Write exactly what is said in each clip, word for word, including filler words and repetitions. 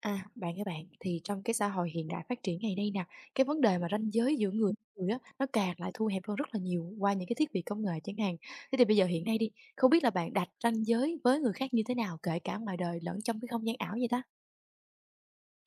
À, bạn các bạn, thì trong cái xã hội hiện đại phát triển ngày nay nè, cái vấn đề mà ranh giới giữa người với người á, nó càng lại thu hẹp hơn rất là nhiều qua những cái thiết bị công nghệ chẳng hạn. Thế thì bây giờ hiện nay đi, không biết là bạn đặt ranh giới với người khác như thế nào, kể cả ngoài đời lẫn trong cái không gian ảo vậy ta?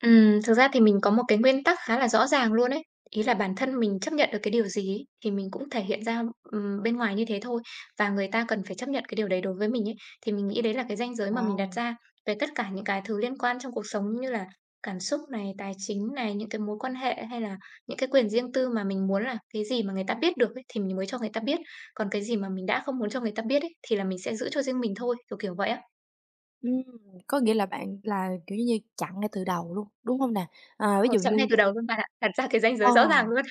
Ừm, thực ra thì mình có một cái nguyên tắc khá là rõ ràng luôn ấy. Ý là bản thân mình chấp nhận được cái điều gì ấy, thì mình cũng thể hiện ra, ừm, bên ngoài như thế thôi, và người ta cần phải chấp nhận cái điều đấy đối với mình ấy. Thì mình nghĩ đấy là cái ranh giới mà mình đặt Wow! ra về tất cả những cái thứ liên quan trong cuộc sống như là cảm xúc này, tài chính này, những cái mối quan hệ hay là những cái quyền riêng tư mà mình muốn là cái gì mà người ta biết được ấy, thì mình mới cho người ta biết. Còn cái gì mà mình đã không muốn cho người ta biết ấy, thì là mình sẽ giữ cho riêng mình thôi, kiểu, kiểu vậy á. Ừm, có nghĩa là bạn là, kiểu như, chặn ngay từ đầu luôn, đúng không nè? À, ví Ờ, dụ chọn ngay như từ đầu luôn bạn ạ, đặt ra cái ranh giới ờ. rõ ràng luôn.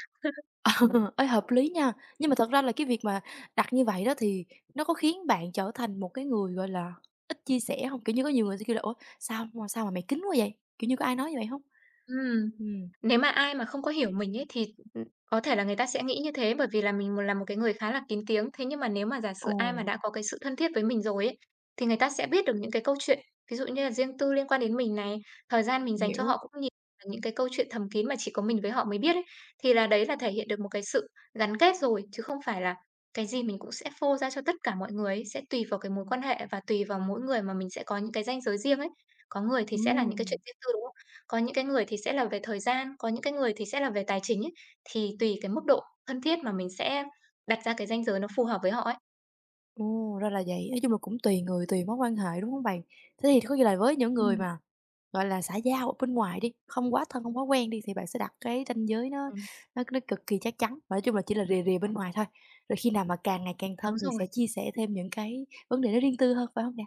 Ờ, ê, hợp lý nha. Nhưng mà thật ra là cái việc mà đặt như vậy đó thì nó có khiến bạn trở thành một cái người, gọi là, ít chia sẻ hông? Kiểu như, có nhiều người sẽ kêu là "Ủa, sao mà sao mà mày kín quá vậy?" Kiểu như, có ai nói như vậy hông? Ừm, Ừm, nếu mà ai mà không có hiểu mình ấy thì, ừm, có thể là người ta sẽ nghĩ như thế, bởi vì là mình một là một cái người khá là kín tiếng. Thế nhưng mà nếu mà giả sử ồ, ai mà đã có cái sự thân thiết với mình rồi ấy, thì người ta sẽ biết được những cái câu chuyện, ví dụ như là riêng tư liên quan đến mình này, thời gian mình dành cho hiểu, họ cũng nhiều, và những cái câu chuyện thầm kín mà chỉ có mình với họ mới biết ấy, thì là đấy là thể hiện được một cái sự gắn kết rồi, chứ không phải là cái gì mình cũng sẽ phô ra cho tất cả mọi người ấy, sẽ tùy vào cái mối quan hệ và tùy vào mỗi người mà mình sẽ có những cái ranh giới riêng ấy. Có người thì sẽ là ừm. những cái chuyện riêng tư, đúng có những cái người thì sẽ là về thời gian, có những cái người thì sẽ là về tài chính ấy, thì tùy cái mức độ thân thiết mà mình sẽ đặt ra cái ranh giới nó phù hợp với họ ấy. Ồ, ra là vậy. Nói chung là cũng tùy người, tùy mối quan hệ, đúng không bạn? Thế thì có nghĩa là với những người Ừm. mà, gọi là, xã giao ở bên ngoài đi, không quá thân, không quá quen đi, thì bạn sẽ đặt cái ranh giới nó Ừm, nó nó cực kỳ chắc chắn, và nói chung là chỉ là rìa rìa bên ngoài thôi. Rồi khi nào mà càng ngày càng thân đúng thì sẽ rồi. chia sẻ thêm những cái vấn đề nó riêng tư hơn, phải không nè?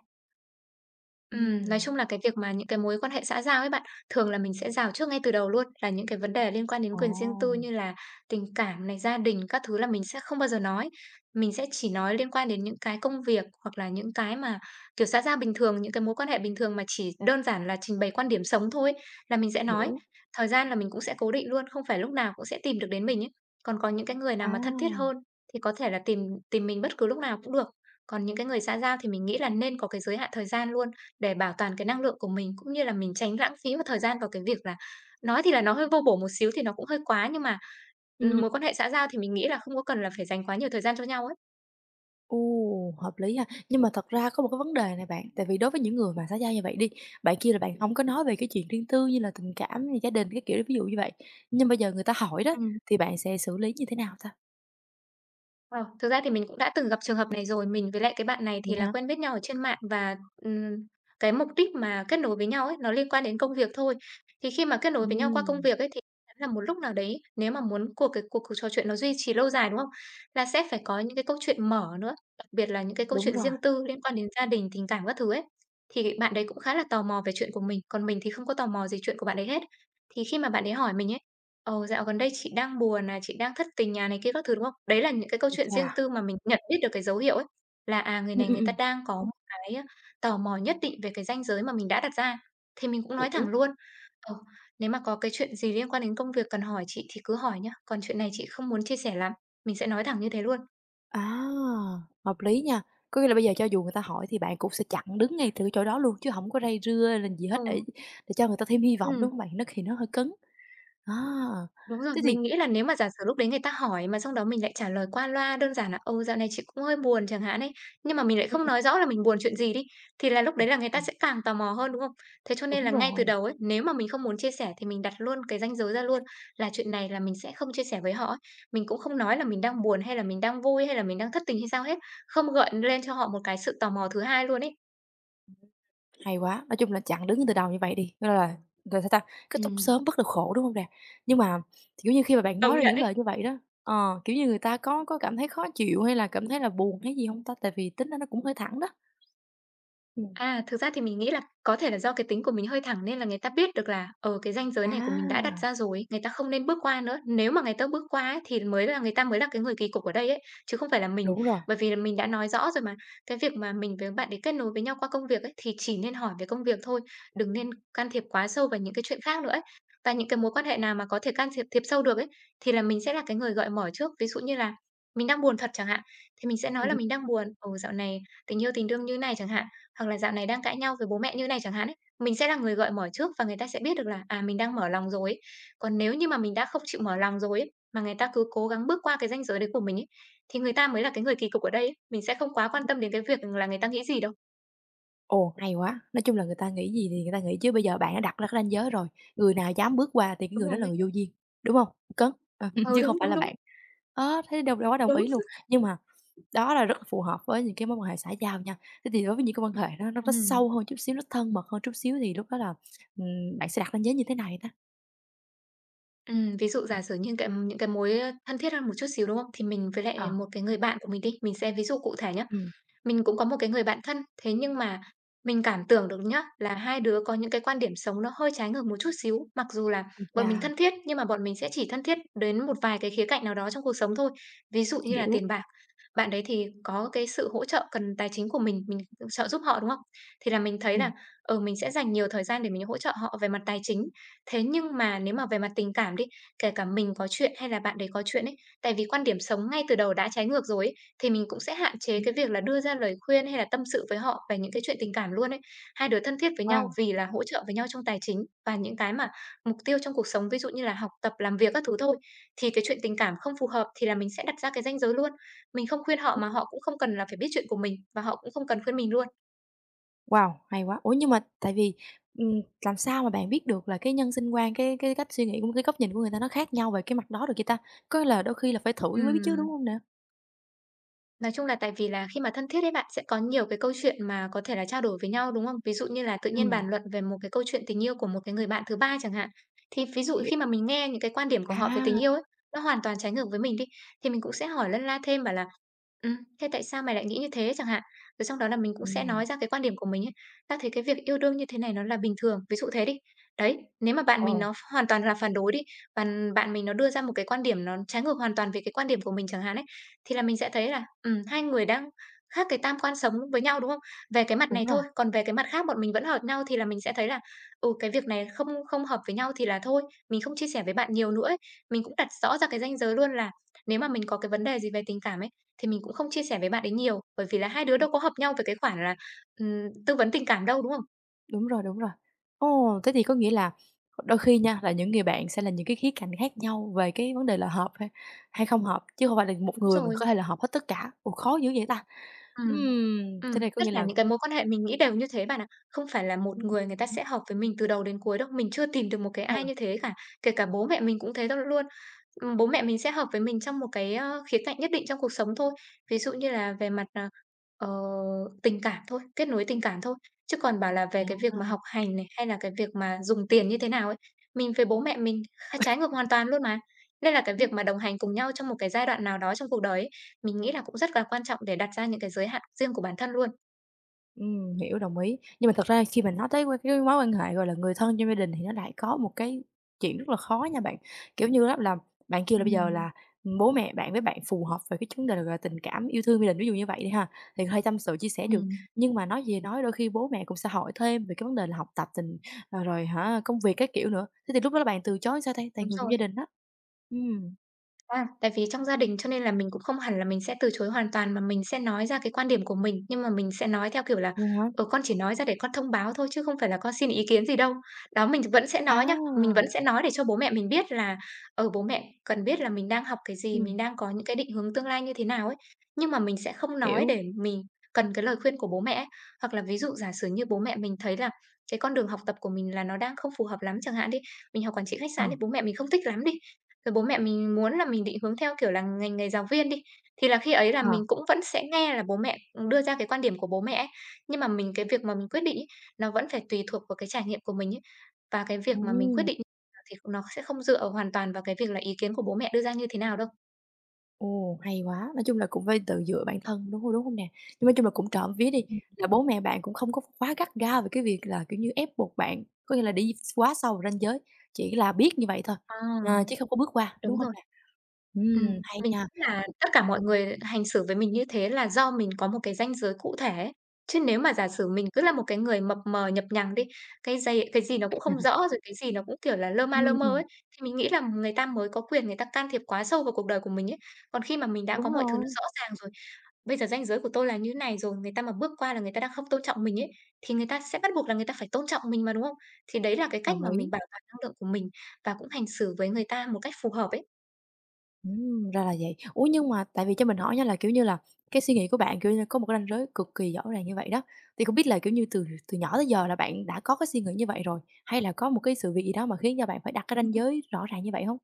Ừm, nói Ừm, chung là cái việc mà những cái mối quan hệ xã giao ấy bạn, thường là mình sẽ rào trước ngay từ đầu luôn, là những cái vấn đề liên quan đến ồ, quyền riêng tư như là tình cảm này, gia đình các thứ là mình sẽ không bao giờ nói. Mình sẽ chỉ nói liên quan đến những cái công việc hoặc là những cái mà, kiểu, xã giao bình thường, những cái mối quan hệ bình thường mà chỉ đơn giản là trình bày quan điểm sống thôi ấy, là mình sẽ nói. hiểu. Thời gian là mình cũng sẽ cố định luôn, không phải lúc nào cũng sẽ tìm được đến mình ấy. Còn có những cái người nào À, mà thân thiết hơn thì có thể là tìm tìm mình bất cứ lúc nào cũng được. Còn những cái người xã giao thì mình nghĩ là nên có cái giới hạn thời gian luôn để bảo toàn cái năng lượng của mình, cũng như là mình tránh lãng phí một thời gian vào cái việc là nói thì là nó hơi vô bổ một xíu thì nó cũng hơi quá, nhưng mà, ừm, ừm, mối quan hệ xã giao thì mình nghĩ là không có cần là phải dành quá nhiều thời gian cho nhau ấy. ồ, hợp lý ha. Nhưng mà thật ra có một cái vấn đề này bạn, tại vì đối với những người mà xã giao như vậy đi, bạn kia là bạn không có nói về cái chuyện riêng tư như là tình cảm, như gia đình, cái kiểu, ví dụ như vậy, nhưng bây giờ người ta hỏi đó, Ừm. thì bạn sẽ xử lý như thế nào ta? Ờ, thực ra thì mình cũng đã từng gặp trường hợp này rồi. Mình với lại cái bạn này Vậy thì là hả? quen biết nhau ở trên mạng và, ừm, cái mục đích mà kết nối với nhau ấy, nó liên quan đến công việc thôi. Thì khi mà kết nối với nhau qua công Ừm, việc ấy, thì chắn là một lúc nào đấy, nếu mà muốn cuộc cái cuộc cuộc trò chuyện nó duy trì lâu dài, đúng không? Là sẽ phải có những cái câu chuyện mở nữa, đặc biệt là những cái câu đúng chuyện rồi, riêng tư liên quan đến gia đình, tình cảm các thứ ấy. Thì bạn đấy cũng khá là tò mò về chuyện của mình, còn mình thì không có tò mò gì chuyện của bạn ấy hết. Thì khi mà bạn ấy hỏi mình ấy Ờ, dạo gần đây chị đang buồn này, chị đang thất tình nhà này kia các thứ, đúng không? Đấy là những cái câu ôi chuyện chà, riêng tư mà mình nhận biết được cái dấu hiệu ấy, là, à, người ừm, này ừm, người ta ừm, đang có một cái, a, tò mò nhất định về cái ranh giới mà mình đã đặt ra, thì mình cũng nói thẳng hiểu. luôn. Ờ, nếu mà có cái chuyện gì liên quan đến công việc cần hỏi chị thì cứ hỏi nhá, còn chuyện này chị không muốn chia sẻ lắm, mình sẽ nói thẳng như thế luôn. À, hợp lý nha, có nghĩa là bây giờ cho dù người ta hỏi thì bạn cũng sẽ chặn đứng ngay từ cái chỗ đó luôn chứ không có dây rưa hay gì hết để Ừ. để cho người ta thêm hy vọng, Ừ. đúng không bạn? Nó thì nó hơi cứng. À, Đúng rồi, thế thì mình nghĩ là nếu mà giả sử lúc đấy người ta hỏi mà xong đó mình lại trả lời qua loa đơn giản là "Ừ, dạo này chị cũng hơi buồn" chẳng hạn ấy, nhưng mà mình lại ừm, không ừm, nói rõ là mình buồn chuyện gì đi, thì là lúc đấy là người ta ừm, sẽ càng tò mò hơn, đúng không? Thế cho nên đúng là ngay từ rồi. đầu ấy, nếu mà mình không muốn chia sẻ thì mình đặt luôn cái ranh giới ra luôn là chuyện này là mình sẽ không chia sẻ với họ ấy. Mình cũng không nói là mình đang buồn hay là mình đang vui hay là mình đang thất tình hay sao hết, không gợi lên cho họ một cái sự tò mò thứ hai luôn ấy. Hay quá, nói chung là chặn đứng từ đầu như vậy đi, cho nên là rồi sao ta? Kết thúc Ừm, sớm bớt được khổ, đúng không nè? Nhưng mà, kiểu như, khi mà bạn nói công ra nhận những ấy. lời như vậy đó, ờ, kiểu như, người ta có có cảm thấy khó chịu hay là cảm thấy là buồn hay gì không ta? Tại vì tính nó nó cũng hơi thẳng đó. Ừm. À, thực ra thì mình nghĩ là có thể là do cái tính của mình hơi thẳng nên là người ta biết được là, ở cái ranh giới này của mình đã đặt À, ra rồi, người ta không nên bước qua nữa. Nếu mà người ta bước qua ấy, thì mới là người ta mới là cái người kỳ cục ở đây ấy, chứ không phải là mình. đúng rồi. Bởi vì là mình đã nói rõ rồi mà, cái việc mà mình với bạn để kết nối với nhau qua công việc ấy, thì chỉ nên hỏi về công việc thôi, đừng nên can thiệp quá sâu vào những cái chuyện khác nữa ấy. Và những cái mối quan hệ nào mà có thể can thiệp thiệp sâu được ấy, thì là mình sẽ là cái người gợi mở trước. Ví dụ như là mình đang buồn thật chẳng hạn, thì mình sẽ Ừm, nói là ừm. mình đang buồn, "Ồ, dạo này tình yêu, tình đương như này" chẳng hạn. Hoặc là dạo này đang cãi nhau với bố mẹ như này chẳng hạn ấy, mình sẽ là người gợi mở trước và người ta sẽ biết được là, à, mình đang mở lòng rồi ấy. Còn nếu như mà mình đã không chịu mở lòng rồi ấy, mà người ta cứ cố gắng bước qua cái ranh giới đấy của mình ấy, thì người ta mới là cái người kỳ cục ở đây ấy. Mình sẽ không quá quan tâm đến cái việc là người ta nghĩ gì đâu. Ồ, hay quá! Nói chung là người ta nghĩ gì thì người ta nghĩ chứ bây giờ bạn đã đặt ra cái ranh giới rồi, người nào dám bước qua thì cái Đúng người đó là rồi. người vô duyên, đúng không? Cấn, ờ, Ừ, chứ không đúng, phải đúng, là đúng, bạn. Ờ, thế đâu đâu có đồng đúng. ý luôn. Nhưng mà đó là rất phù hợp với những cái mối quan hệ xã giao nha. Thế thì đối với những cái quan hệ nó nó nó Ừm, sâu hơn chút xíu, nó thân mật hơn chút xíu thì lúc đó là, ừm, bạn sẽ đặt ranh giới như thế này đó. ừm, ví dụ Ừm. giả sử như cái những cái mối, thân thiết hơn một chút xíu, đúng không? Thì mình với Ờ, lại một cái người bạn của mình đi, mình sẽ ví dụ cụ thể nhé ừm, Mình cũng có một cái người bạn thân, thế nhưng mà mình cảm tưởng được nhá, là hai đứa có những cái quan điểm sống nó hơi trái ngược một chút xíu. Mặc dù là ôi bọn cha! mình thân thiết, nhưng mà bọn mình sẽ chỉ thân thiết đến một vài cái khía cạnh nào đó trong cuộc sống thôi. Ví dụ như là Hiểu. tiền bạc, bạn đấy thì có cái sự hỗ trợ cần tài chính của mình, mình trợ giúp họ, đúng không? Thì là mình thấy là, Ừm, ờ, mình sẽ dành nhiều thời gian để mình hỗ trợ họ về mặt tài chính. Thế nhưng mà nếu mà về mặt tình cảm đi, kể cả mình có chuyện hay là bạn đấy có chuyện ấy, tại vì quan điểm sống ngay từ đầu đã trái ngược rồi ấy, thì mình cũng sẽ hạn chế ừm, cái việc là đưa ra lời khuyên hay là tâm sự với họ về những cái chuyện tình cảm luôn ấy. Hai đứa thân thiết với nhau wow, vì là hỗ trợ với nhau trong tài chính và những cái mà mục tiêu trong cuộc sống, ví dụ như là học tập, làm việc các thứ thôi. Thì cái chuyện tình cảm không phù hợp thì là mình sẽ đặt ra cái ranh giới luôn. Mình không khuyên họ ừ, mà họ cũng không cần là phải biết chuyện của mình, và họ cũng không cần khuyên mình luôn. wow, hay quá! Ủa, nhưng mà tại vì, ừm, làm sao mà bạn biết được là cái nhân sinh quan, cái cái cách suy nghĩ cũng cái góc nhìn của người ta nó khác nhau về cái mặt đó được vậy ta? Có là đôi khi là phải thử mới biết chứ, đúng Ừm. không nè? Nói chung là tại vì là khi mà thân thiết ấy bạn, sẽ có nhiều cái câu chuyện mà có thể là trao đổi với nhau, đúng không? Ví dụ như là tự nhiên Ừm, bàn luận về một cái câu chuyện tình yêu của một cái người bạn thứ ba chẳng hạn. Thì ví dụ hiểu. khi mà mình nghe những cái quan điểm của họ về À, tình yêu ấy, nó hoàn toàn trái ngược với mình đi, thì mình cũng sẽ hỏi lân la thêm bảo là Ừm, thế tại sao mày lại nghĩ như thế chẳng hạn? Rồi xong đó là mình cũng sẽ nói ừm, ra cái quan điểm của mình ấy. Tao thấy cái việc yêu đương như thế này nó là bình thường, ví dụ thế đi. Đấy, nếu mà bạn ờ, mình nó hoàn toàn là phản đối đi, và bạn mình nó đưa ra một cái quan điểm nó trái ngược hoàn toàn về cái quan điểm của mình chẳng hạn ấy, thì là mình sẽ thấy là, ừm, hai người đang khác cái tam quan sống với nhau, đúng không? Về cái mặt đúng này rồi. thôi, còn về cái mặt khác bọn mình vẫn hợp nhau thì là mình sẽ thấy là, ừ, cái việc này không không hợp với nhau thì là thôi, mình không chia sẻ với bạn nhiều nữa ấy. Mình cũng đặt rõ ra cái ranh giới luôn là nếu mà mình có cái vấn đề gì về tình cảm ấy, thì mình cũng không chia sẻ với bạn ấy nhiều, bởi vì là hai đứa đâu có hợp nhau về cái khoản là, ừm, tư vấn tình cảm đâu, đúng không? Đúng rồi, đúng rồi. Ồ, thế thì có nghĩa là đôi khi nha, là những người bạn sẽ là những cái khía cạnh khác nhau về cái vấn đề là hợp hay hay không hợp, chứ không phải là một Đúng người mà rồi, có thể là hợp hết tất cả. Ồ, khó dữ vậy ta! ừm. Ừm, thế Ừm, này có Tất nghĩa cả là những cái mối quan hệ mình nghĩ đều như thế bạn ạ. Không phải là một ừm, người, người ta sẽ hợp với mình từ đầu đến cuối đâu, mình chưa tìm được một cái đúng ai rồi, như thế cả, kể cả bố mẹ mình cũng thế đâu luôn. Ừm, bố mẹ mình sẽ hợp với mình trong một cái, ơ, khía cạnh nhất định trong cuộc sống thôi, ví dụ như là về mặt, à, ờ, tình cảm thôi, kết nối tình cảm thôi, chứ còn bảo là về cái việc mà à. học hành này, hay là cái việc mà dùng tiền như thế nào ấy, mình với bố mẹ mình kh trái ngược hoàn toàn luôn mà. Nên là cái việc mà đồng hành cùng nhau trong một cái giai đoạn nào đó trong cuộc đời ấy, mình nghĩ là cũng rất là quan trọng để đặt ra những cái giới hạn riêng của bản thân luôn. Ừm, hiểu, đồng ý. Nhưng mà thật ra khi mình nói tới qua cái mối quan hệ, gọi là, người thân trong gia đình thì nó lại có một cái chuyện rất là khó nha bạn. Kiểu như á là bạn kêu là bây giờ Ừm, là, bố mẹ bạn với bạn phù hợp về cái vấn đề, gọi là, tình cảm, yêu thương gia đình, ví dụ như vậy đi ha, thì có thể tâm sự chia sẻ được. ừm, Nhưng mà nói gì thì nói, đôi khi bố mẹ cũng sẽ hỏi thêm về cái vấn đề là học tập tình ờ, rồi hả, công việc các kiểu nữa. Thế thì lúc đó là bạn từ chối sao ta? Tại đúng người trong gia rồi. đình á. Ừm. À, tại vì trong gia đình cho nên là mình cũng không hẳn là mình sẽ từ chối hoàn toàn, mà mình sẽ nói ra cái quan điểm của mình, nhưng mà mình sẽ nói theo kiểu là, Vậy hả? ờ, con chỉ nói ra để con thông báo thôi chứ không phải là con xin ý kiến gì đâu. Đó, mình vẫn sẽ nói À! nhá, mình vẫn sẽ nói để cho bố mẹ mình biết là, ờ, bố mẹ cần biết là mình đang học cái gì, mình Ừm, đang có những cái định hướng tương lai như thế nào ấy. Nhưng mà mình sẽ không nói hiểu. để mình cần cái lời khuyên của bố mẹ ấy. Hoặc là ví dụ giả sử như bố mẹ mình thấy là cái con đường học tập của mình là nó đang không phù hợp lắm chẳng hạn đi, mình học quản trị khách Ờ, sạn thì bố mẹ mình không thích lắm đi, rồi bố mẹ mình muốn là mình định hướng theo, kiểu là, ngành nghề giáo viên đi, thì là khi ấy là ờ, mình cũng vẫn sẽ nghe là bố mẹ đưa ra cái quan điểm của bố mẹ ấy. Nhưng mà mình, cái việc mà mình quyết định ấy, nó vẫn phải tùy thuộc vào cái trải nghiệm của mình ấy. Và cái việc mà mình quyết ừm. định thì nó sẽ không dựa hoàn toàn vào cái việc là ý kiến của bố mẹ đưa ra như thế nào đâu. Ồ, hay quá! Nói chung là cũng phải tự dựa bản thân, đúng hông, đúng hông nè? Nhưng nói chung là cũng trộm vía đi, Ừm. là bố mẹ bạn cũng không có quá gắt gao về cái việc là, kiểu như, ép buộc bạn, có nghĩa là đi quá sâu vào ranh giới, chỉ là biết như vậy thôi, ờ, chứ À, không có bước qua, đúng đúng hông rồi. nè? Ừm, Ừm, hay mình nha. nghĩ là tất cả mọi người hành xử với mình như thế là do mình có một cái ranh giới cụ thể ấy. Chứ nếu mà giả sử mình cứ là một cái người mập mờ, nhập nhằng đi, cái dày cái gì nó cũng không rõ, rồi cái gì nó cũng, kiểu là, lơ ma Ừm, lơ mơ ừm, ấy, thì mình nghĩ là người ta mới có quyền, người ta can thiệp quá sâu vào cuộc đời của mình ấy. Còn khi mà mình đã có đúng mọi thứ nó rồi, rõ ràng rồi, bây giờ ranh giới của tôi là như này rồi, người ta mà bước qua là người ta đang không tôn trọng mình ấy, thì người ta sẽ bắt buộc là người ta phải tôn trọng mình mà, đúng không? Thì đấy là cái cách đồng mà mình ý. bảo toàn năng lượng của mình và cũng hành xử với người ta một cách phù hợp ấy. Ừm, ra là vậy. Ủa, nhưng mà tại vì cho mình hỏi nha là, kiểu như là, cái suy nghĩ của bạn, kiểu như, có một cái ranh giới cực kỳ rõ ràng như vậy đó, thì không biết là, kiểu như, từ từ nhỏ tới giờ là bạn đã có cái suy nghĩ như vậy rồi, hay là có một cái sự việc gì đó mà khiến cho bạn phải đặt cái ranh giới rõ ràng như vậy không?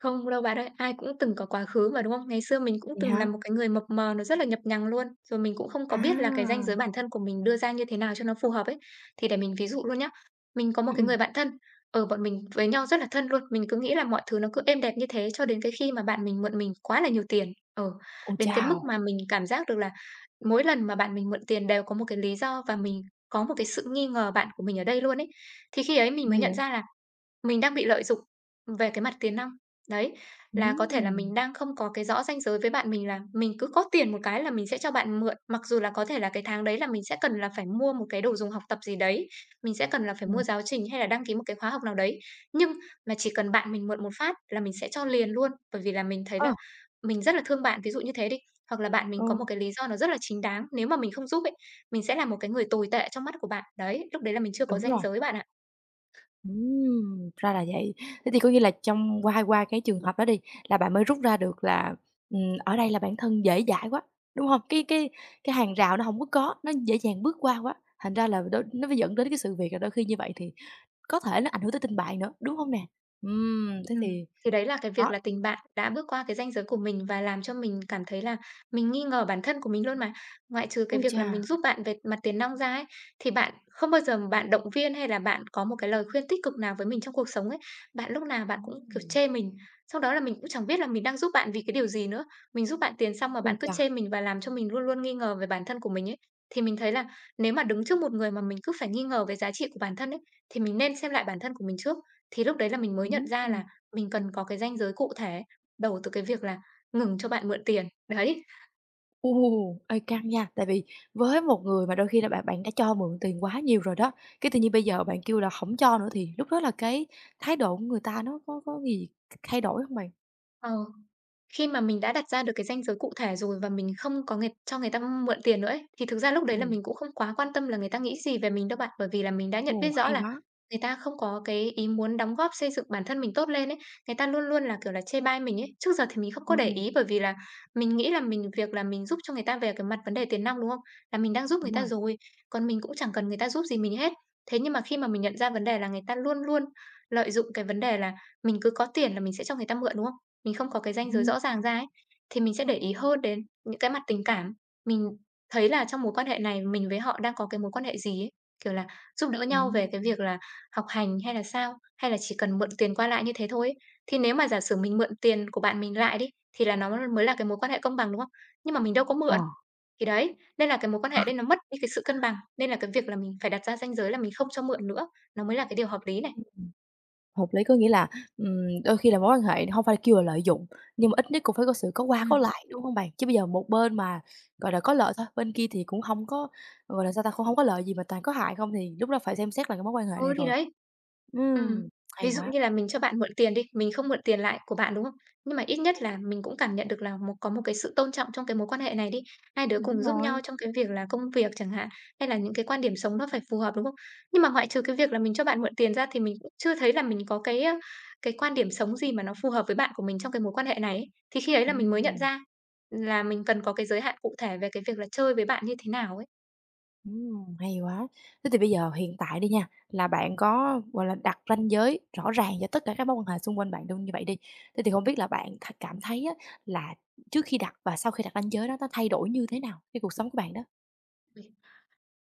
Không đâu bạn ơi, ai cũng từng có quá khứ mà, đúng không? Ngày xưa mình cũng Vậy từng là hả? một cái người mập mờ, nó rất là nhập nhằng luôn, rồi mình cũng không có biết là cái ranh À, giới bản thân của mình đưa ra như thế nào cho nó phù hợp ấy. Thì để mình ví dụ luôn nhá, mình có một ừm, cái người ừm. bạn thân, ở bọn mình với nhau rất là thân luôn, mình cứ nghĩ là mọi thứ nó cứ êm đẹp như thế cho đến cái khi mà bạn mình mượn mình quá là nhiều tiền. Ờ, Ôi Đến cái mức chao! mà mình cảm giác được là mỗi lần mà bạn mình mượn tiền đều có một cái lý do, và mình có một cái sự nghi ngờ bạn của mình ở đây luôn ấy. Thì khi ấy mình mới Ghê nhận vậy? ra là mình đang bị lợi dụng về cái mặt tiền nong. Đấy, là có thể là Ừm, mình đang không có cái rõ ranh giới với bạn mình, là mình cứ có tiền một cái là mình sẽ cho bạn mượn, mặc dù là có thể là cái tháng đấy là mình sẽ cần là phải mua một cái đồ dùng học tập gì đấy, mình sẽ cần là phải ừm. mua giáo trình hay là đăng ký một cái khóa học nào đấy. Nhưng mà chỉ cần bạn mình mượn một phát là mình sẽ cho liền luôn, bởi vì là mình thấy Ờ, là mình rất là thương bạn, ví dụ như thế đi, hoặc là bạn ừ, mình có một cái lý do nó rất là chính đáng, nếu mà mình không giúp ấy, mình sẽ là một cái người tồi tệ trong mắt của bạn. Đấy, lúc đấy là mình chưa có đúng ranh rồi. giới bạn ạ. Ừm, ra là vậy. Thế thì có nghĩa là trong qua qua cái trường hợp đó đi, là bạn mới rút ra được là, ừm, ở đây là bản thân dễ dãi quá, đúng hông? Cái cái cái hàng rào nó hổng có có, nó dễ dàng bước qua quá, thành ra là đôi nó mới dẫn đến cái sự việc là đôi khi như vậy thì có thể nó ảnh hưởng tới tình bạn nữa, đúng hông nè? Ừm, thế Ừm, thì thì đấy là cái việc đó, là tình bạn đã bước qua cái ranh giới của mình và làm cho mình cảm thấy là mình nghi ngờ bản thân của mình luôn mà. Ngoại trừ cái ôi việc chà! là mình giúp bạn về mặt tiền nong ra ấy, thì bạn không bao giờ mà bạn động viên hay là bạn có một cái lời khuyên tích cực nào với mình trong cuộc sống ấy. Bạn lúc nào bạn cũng, kiểu, Ừm, chê mình, sau đó là mình cũng chẳng biết là mình đang giúp bạn vì cái điều gì nữa. Mình giúp bạn tiền xong mà ôi bạn cứ chà! chê mình và làm cho mình luôn luôn nghi ngờ về bản thân của mình ấy. Thì mình thấy là nếu mà đứng trước một người mà mình cứ phải nghi ngờ về giá trị của bản thân ấy, thì mình nên xem lại bản thân của mình trước. Thì lúc đấy là mình mới nhận ra là Ừm. mình cần có cái ranh giới cụ thể, đầu từ cái việc là ngừng cho bạn mượn tiền, đấy. Ồ! Ê, căng nha, tại vì với một người mà đôi khi là bạn bạn đã cho mượn tiền quá nhiều rồi đó, cái tự nhiên bây giờ bạn kêu là hổng cho nữa thì lúc đó là cái thái độ của người ta nó có có gì thay đổi hông bạn? Ờ. Khi mà mình đã đặt ra được cái ranh giới cụ thể rồi và mình không có người cho người ta mượn tiền nữa ấy, thì thực ra lúc đấy là Ừm, mình cũng không quá quan tâm là người ta nghĩ gì về mình đâu bạn. Bởi vì là mình đã nhận ồ, biết rõ hay là quá! người ta không có cái ý muốn đóng góp xây dựng bản thân mình tốt lên ấy. Người ta luôn luôn là, kiểu là, chê bai mình ấy. Trước giờ thì mình không có Ừm, để ừm, ý bởi vì là mình nghĩ là mình, việc là mình giúp cho người ta về cái mặt vấn đề tiền nong, đúng không? Là mình đang giúp đúng người ta rồi. rồi, còn mình cũng chẳng cần người ta giúp gì mình hết. Thế nhưng mà khi mà mình nhận ra vấn đề là người ta luôn luôn lợi dụng cái vấn đề là mình cứ có tiền là mình sẽ cho người ta mượn, đúng không? Mình không có cái ranh giới Ừm, rõ ràng ra ấy, thì mình sẽ để ý hơn đến những cái mặt tình cảm. Mình thấy là trong mối quan hệ này mình với họ đang có cái mối quan hệ gì ấy, kiểu là, giúp đỡ đó. nhau về cái việc là học hành hay là sao, hay là chỉ cần mượn tiền qua lại như thế thôi ấy. Thì nếu mà giả sử mình mượn tiền của bạn mình lại đi, thì là nó mới là cái mối quan hệ công bằng, đúng không? Nhưng mà mình đâu có Ờ, mượn, thì đấy, nên là cái mối quan hệ đấy nó mất đi cái sự cân bằng, nên là cái việc là mình phải đặt ra ranh giới là mình không cho mượn nữa, nó mới là cái điều hợp lý này. hợp lý, có nghĩa là, ừm, đôi khi là mối quan hệ hông phải kêu là lợi dụng, nhưng mà ít nhất cũng phải có sự có qua có Ừm. lại, đúng hông bạn? Chứ bây giờ một bên mà, gọi là, có lợi thôi, bên kia thì cũng hông có, gọi là, sao ta, cũng hông có lợi gì mà toàn có hại không thì lúc đó phải xem xét lại cái mối quan hệ này Ừ, thì rồi. đấy. Ừm, Ừm, hay ví dụ quá, như là mình cho bạn mượn tiền đi, mình không mượn tiền lại của bạn, đúng không? Nhưng mà ít nhất là mình cũng cảm nhận được là một có một cái sự tôn trọng trong cái mối quan hệ này đi. Hai đứa đúng cùng giúp nhau rồi, trong cái việc là công việc chẳng hạn, hay là những cái quan điểm sống nó phải phù hợp, đúng không? Nhưng mà ngoại trừ cái việc là mình cho bạn mượn tiền ra thì mình cũng chưa thấy là mình có cái, ơ, cái quan điểm sống gì mà nó phù hợp với bạn của mình trong cái mối quan hệ này ấy. Thì khi ấy là mình mới nhận ừm, ra là mình cần có cái giới hạn cụ thể về cái việc là chơi với bạn như thế nào ừm, hay quá. Thế thì bây giờ hiện tại đi nha, là bạn có, gọi là, đặt ranh giới rõ ràng cho tất cả các mối quan hệ xung quanh bạn luôn như vậy đi, thế thì không biết là bạn th cảm thấy á là trước khi đặt và sau khi đặt ranh giới đó nó thay đổi như thế nào cái cuộc sống của bạn đó? ấy.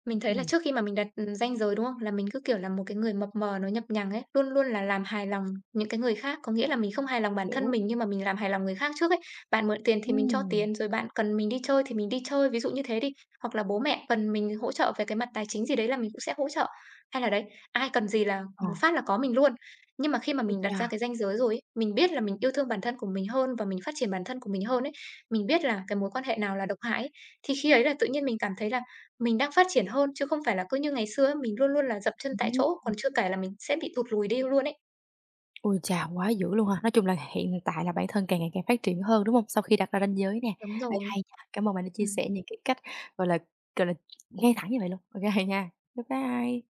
Mình thấy là Ừm, trước khi mà mình đặt, ừm, ranh giới, đúng không? Là mình cứ, kiểu, là một cái người mập mờ nó nhập nhằng ấy, luôn luôn là làm hài lòng những cái người khác. Có nghĩa là mình không hài lòng bản thân hiểu, mình nhưng mà mình làm hài lòng người khác trước ấy. Bạn mượn tiền thì mình cho ừm, tiền, rồi bạn cần mình đi chơi thì mình đi chơi, ví dụ như thế đi. Hoặc là bố mẹ cần mình hỗ trợ về cái mặt tài chính gì đấy là mình cũng sẽ hỗ trợ. Hay là đấy, ai cần gì là ờ, một phát là có mình luôn. Nhưng mà khi mà ôi mình đặt cha! ra cái ranh giới rồi ấy, mình biết là mình yêu thương bản thân của mình hơn và mình phát triển bản thân của mình hơn ấy, mình biết là cái mối quan hệ nào là độc hại ấy, thì khi ấy là tự nhiên mình cảm thấy là mình đang phát triển hơn chứ không phải là cứ như ngày xưa ấy, mình luôn luôn là dậm chân tại chỗ, còn chưa kể là mình sẽ bị tụt lùi đi luôn ấy. Ôi chà, quá dữ luôn ha! Nói chung là hiện tại là bản thân càng ngày càng phát triển hơn, đúng không? Sau khi đặt ra ranh giới nè. Đúng Ê, rồi. hay nha, cảm ơn bạn đã chia Ừm. sẻ những cái cách, gọi là, gọi là, ngay thẳng như vậy luôn. ô kê nha, bye bye.